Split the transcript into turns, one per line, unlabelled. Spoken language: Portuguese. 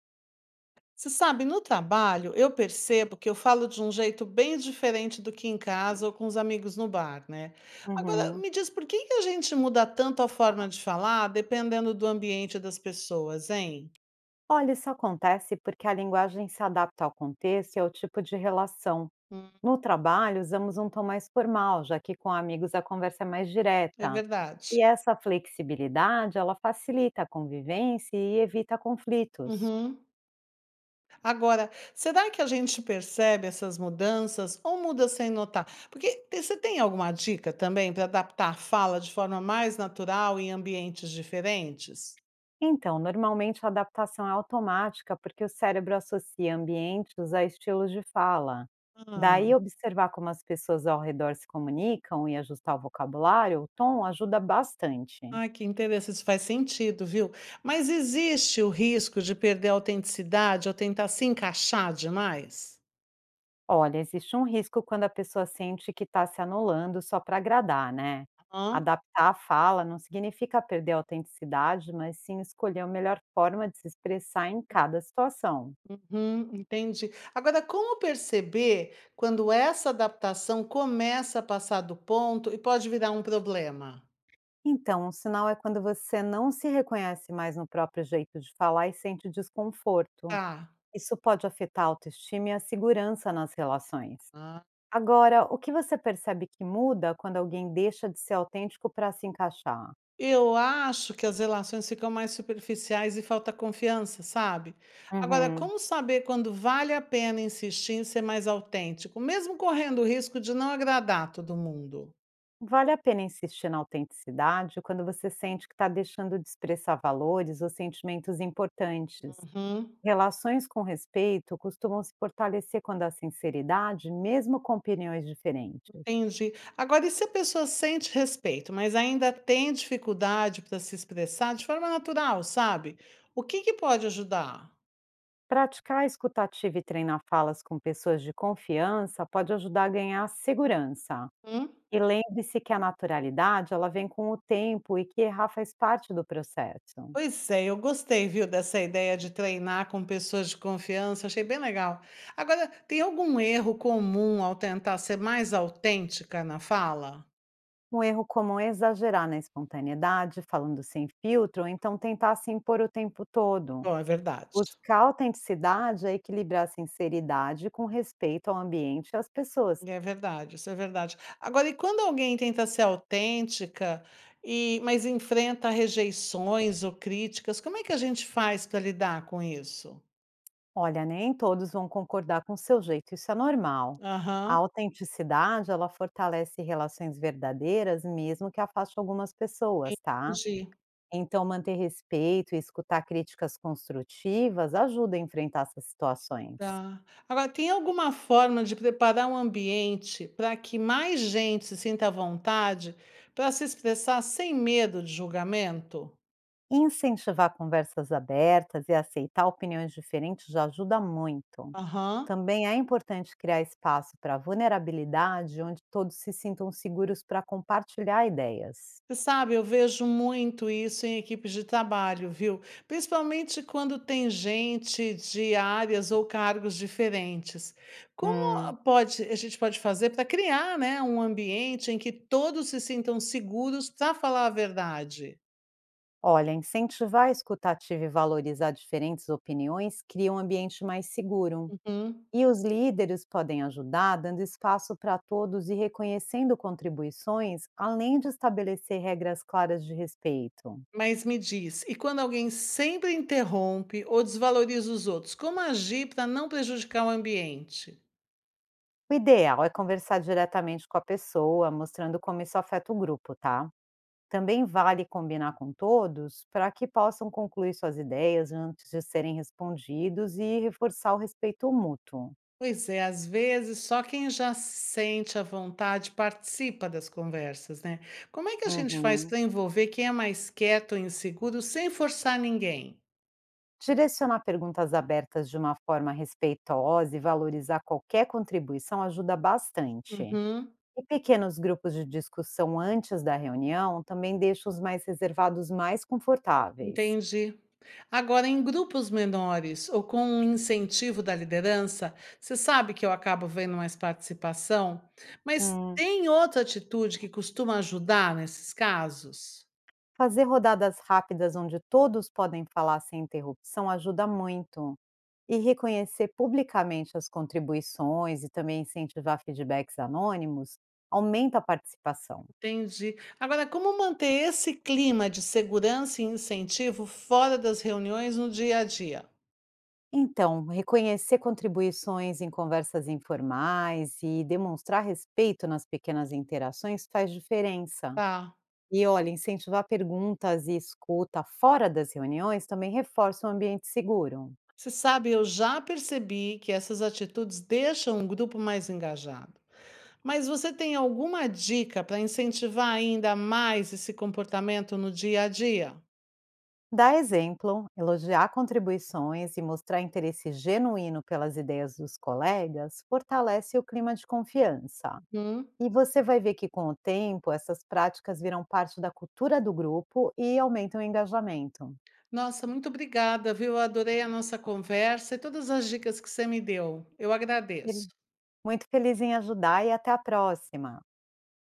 Você sabe, no trabalho eu percebo que eu falo de um jeito bem diferente do que em casa ou com os amigos no bar, né? Agora,
Uhum.
me diz por que que a gente muda tanto a forma de falar dependendo do ambiente das pessoas, hein?
Olha, isso acontece porque a linguagem se adapta ao contexto e ao tipo de relação.
Hum,
No trabalho, usamos um tom mais formal, já que com amigos a conversa é mais
é
direta.
verdade.
E essa flexibilidade, ela facilita a convivência e evita conflitos.
Uhum. Agora, será que a gente percebe essas mudanças ou muda sem notar? Você tem alguma dica também para adaptar a fala de forma mais natural em ambientes diferentes?
Então, normalmente a adaptação é automática porque o cérebro associa ambientes a estilos de fala. Daí, observar como as pessoas ao redor se comunicam e ajustar o vocabulário, o tom, ajuda bastante.
Ah, que interessante, isso faz sentido, viu. Mas existe o risco de perder a autenticidade ou tentar se encaixar demais?
Olha, existe um risco quando a pessoa sente que está se anulando só para agradar, né?
Hã?
Adaptar a fala não significa perder a autenticidade, mas sim escolher a melhor forma de se expressar em cada situação.
Uhum, entendi. Agora, como perceber quando essa adaptação começa a passar do ponto e pode virar um problema?
Então, um sinal é quando você não se reconhece mais no próprio jeito de falar e sente desconforto.
Tá.
Isso pode afetar a autoestima e a segurança nas relações.
Ah.
Agora, o que você percebe que muda quando alguém deixa de ser autêntico para se encaixar?
Eu acho que as relações ficam mais superficiais e falta confiança, sabe. Agora,
Uhum.
como saber quando vale a pena insistir em ser mais autêntico, mesmo correndo o risco de não agradar todo mundo?
Vale a pena insistir na autenticidade quando você sente que está deixando de expressar valores ou sentimentos importantes.
Uhum,
Relações com respeito costumam se fortalecer quando há sinceridade, mesmo com opiniões diferentes.
entendi. Agora, e se a pessoa sente respeito, mas ainda tem dificuldade para se expressar de forma natural, sabe? O que que pode ajudar?
Praticar a escutativa e treinar falas com pessoas de confiança pode ajudar a ganhar segurança.
Hum?
E lembre-se que a naturalidade ela vem com o tempo e que errar faz parte do processo.
Pois é, eu gostei, viu, dessa ideia de treinar com pessoas de confiança, achei bem legal. Agora, tem algum erro comum ao tentar ser mais autêntica na fala?
Um erro comum é exagerar na espontaneidade, falando sem filtro, ou então tentar se impor o tempo todo.
Bom, é verdade.
Buscar autenticidade é equilibrar a sinceridade com respeito ao ambiente e às pessoas.
É verdade, isso é verdade. Agora, e quando alguém tenta ser autêntica mas enfrenta rejeições ou críticas, como é que a gente faz para lidar com isso?
Olha, nem todos vão concordar com o seu jeito, isso é normal. A
Aham,
autenticidade, ela fortalece relações verdadeiras, mesmo que afaste algumas pessoas, tá?
entendi.
Então, manter respeito e escutar críticas construtivas ajuda a enfrentar essas situações.
Tá. Agora, tem alguma forma de preparar um ambiente para que mais gente se sinta à vontade para se expressar sem medo de julgamento?
Incentivar conversas abertas e aceitar opiniões diferentes já ajuda muito.
Aham.
Também é importante criar espaço para vulnerabilidade, onde todos se sintam seguros para compartilhar ideias.
Você sabe, eu vejo muito isso em equipes de trabalho, viu? Principalmente quando tem gente de áreas ou cargos diferentes. Como a-
Hum,
pode, a gente pode fazer para criar, né, um ambiente em que todos se sintam seguros para falar a verdade?
olha, incentivar a escutativa e valorizar diferentes opiniões cria um ambiente mais seguro.
Uhum.
E os líderes podem ajudar, dando espaço para todos e reconhecendo contribuições, além de estabelecer regras claras de respeito.
Mas me diz, e quando alguém sempre interrompe ou desvaloriza os outros, como agir para não prejudicar o ambiente?
O ideal é conversar diretamente com a pessoa, mostrando como isso afeta o grupo, tá? Também vale combinar com todos para que possam concluir suas ideias antes de serem respondidos e reforçar o respeito mútuo.
Pois é, às vezes só quem já se sente à vontade participa das conversas, né? Como é que a gente faz
Uhum.
para envolver quem é mais quieto ou inseguro sem forçar ninguém?
Direcionar perguntas abertas de uma forma respeitosa e valorizar qualquer contribuição ajuda bastante.
Uhum,
E pequenos grupos de discussão antes da reunião também deixam os mais reservados mais confortáveis.
entendi. Agora, em grupos menores ou com um incentivo da liderança, você sabe que eu acabo vendo mais participação, mas
Hum.
tem outra atitude que costuma ajudar nesses casos?
Fazer rodadas rápidas onde todos podem falar sem interrupção ajuda muito. E reconhecer publicamente as contribuições e também incentivar feedbacks anônimos aumenta a participação.
Entendi. Agora, como manter esse clima de segurança e incentivo fora das reuniões no dia a dia?
Então, reconhecer contribuições em conversas informais e demonstrar respeito nas pequenas interações faz diferença.
Tá.
E olha, incentivar perguntas e escuta fora das reuniões também reforça um ambiente seguro.
Você sabe, eu já percebi que essas atitudes deixam o grupo mais engajado. Mas você tem alguma dica para incentivar ainda mais esse comportamento no dia a dia?
Dar exemplo, elogiar contribuições e mostrar interesse genuíno pelas ideias dos colegas fortalece o clima de confiança.
Uhum.
E você vai ver que, com o tempo, essas práticas viram parte da cultura do grupo e aumentam o engajamento.
Nossa, muito obrigada, viu? Eu adorei a nossa conversa e todas as dicas que você me deu. Eu
Ele-
agradeço.
Muito feliz em ajudar e até a próxima!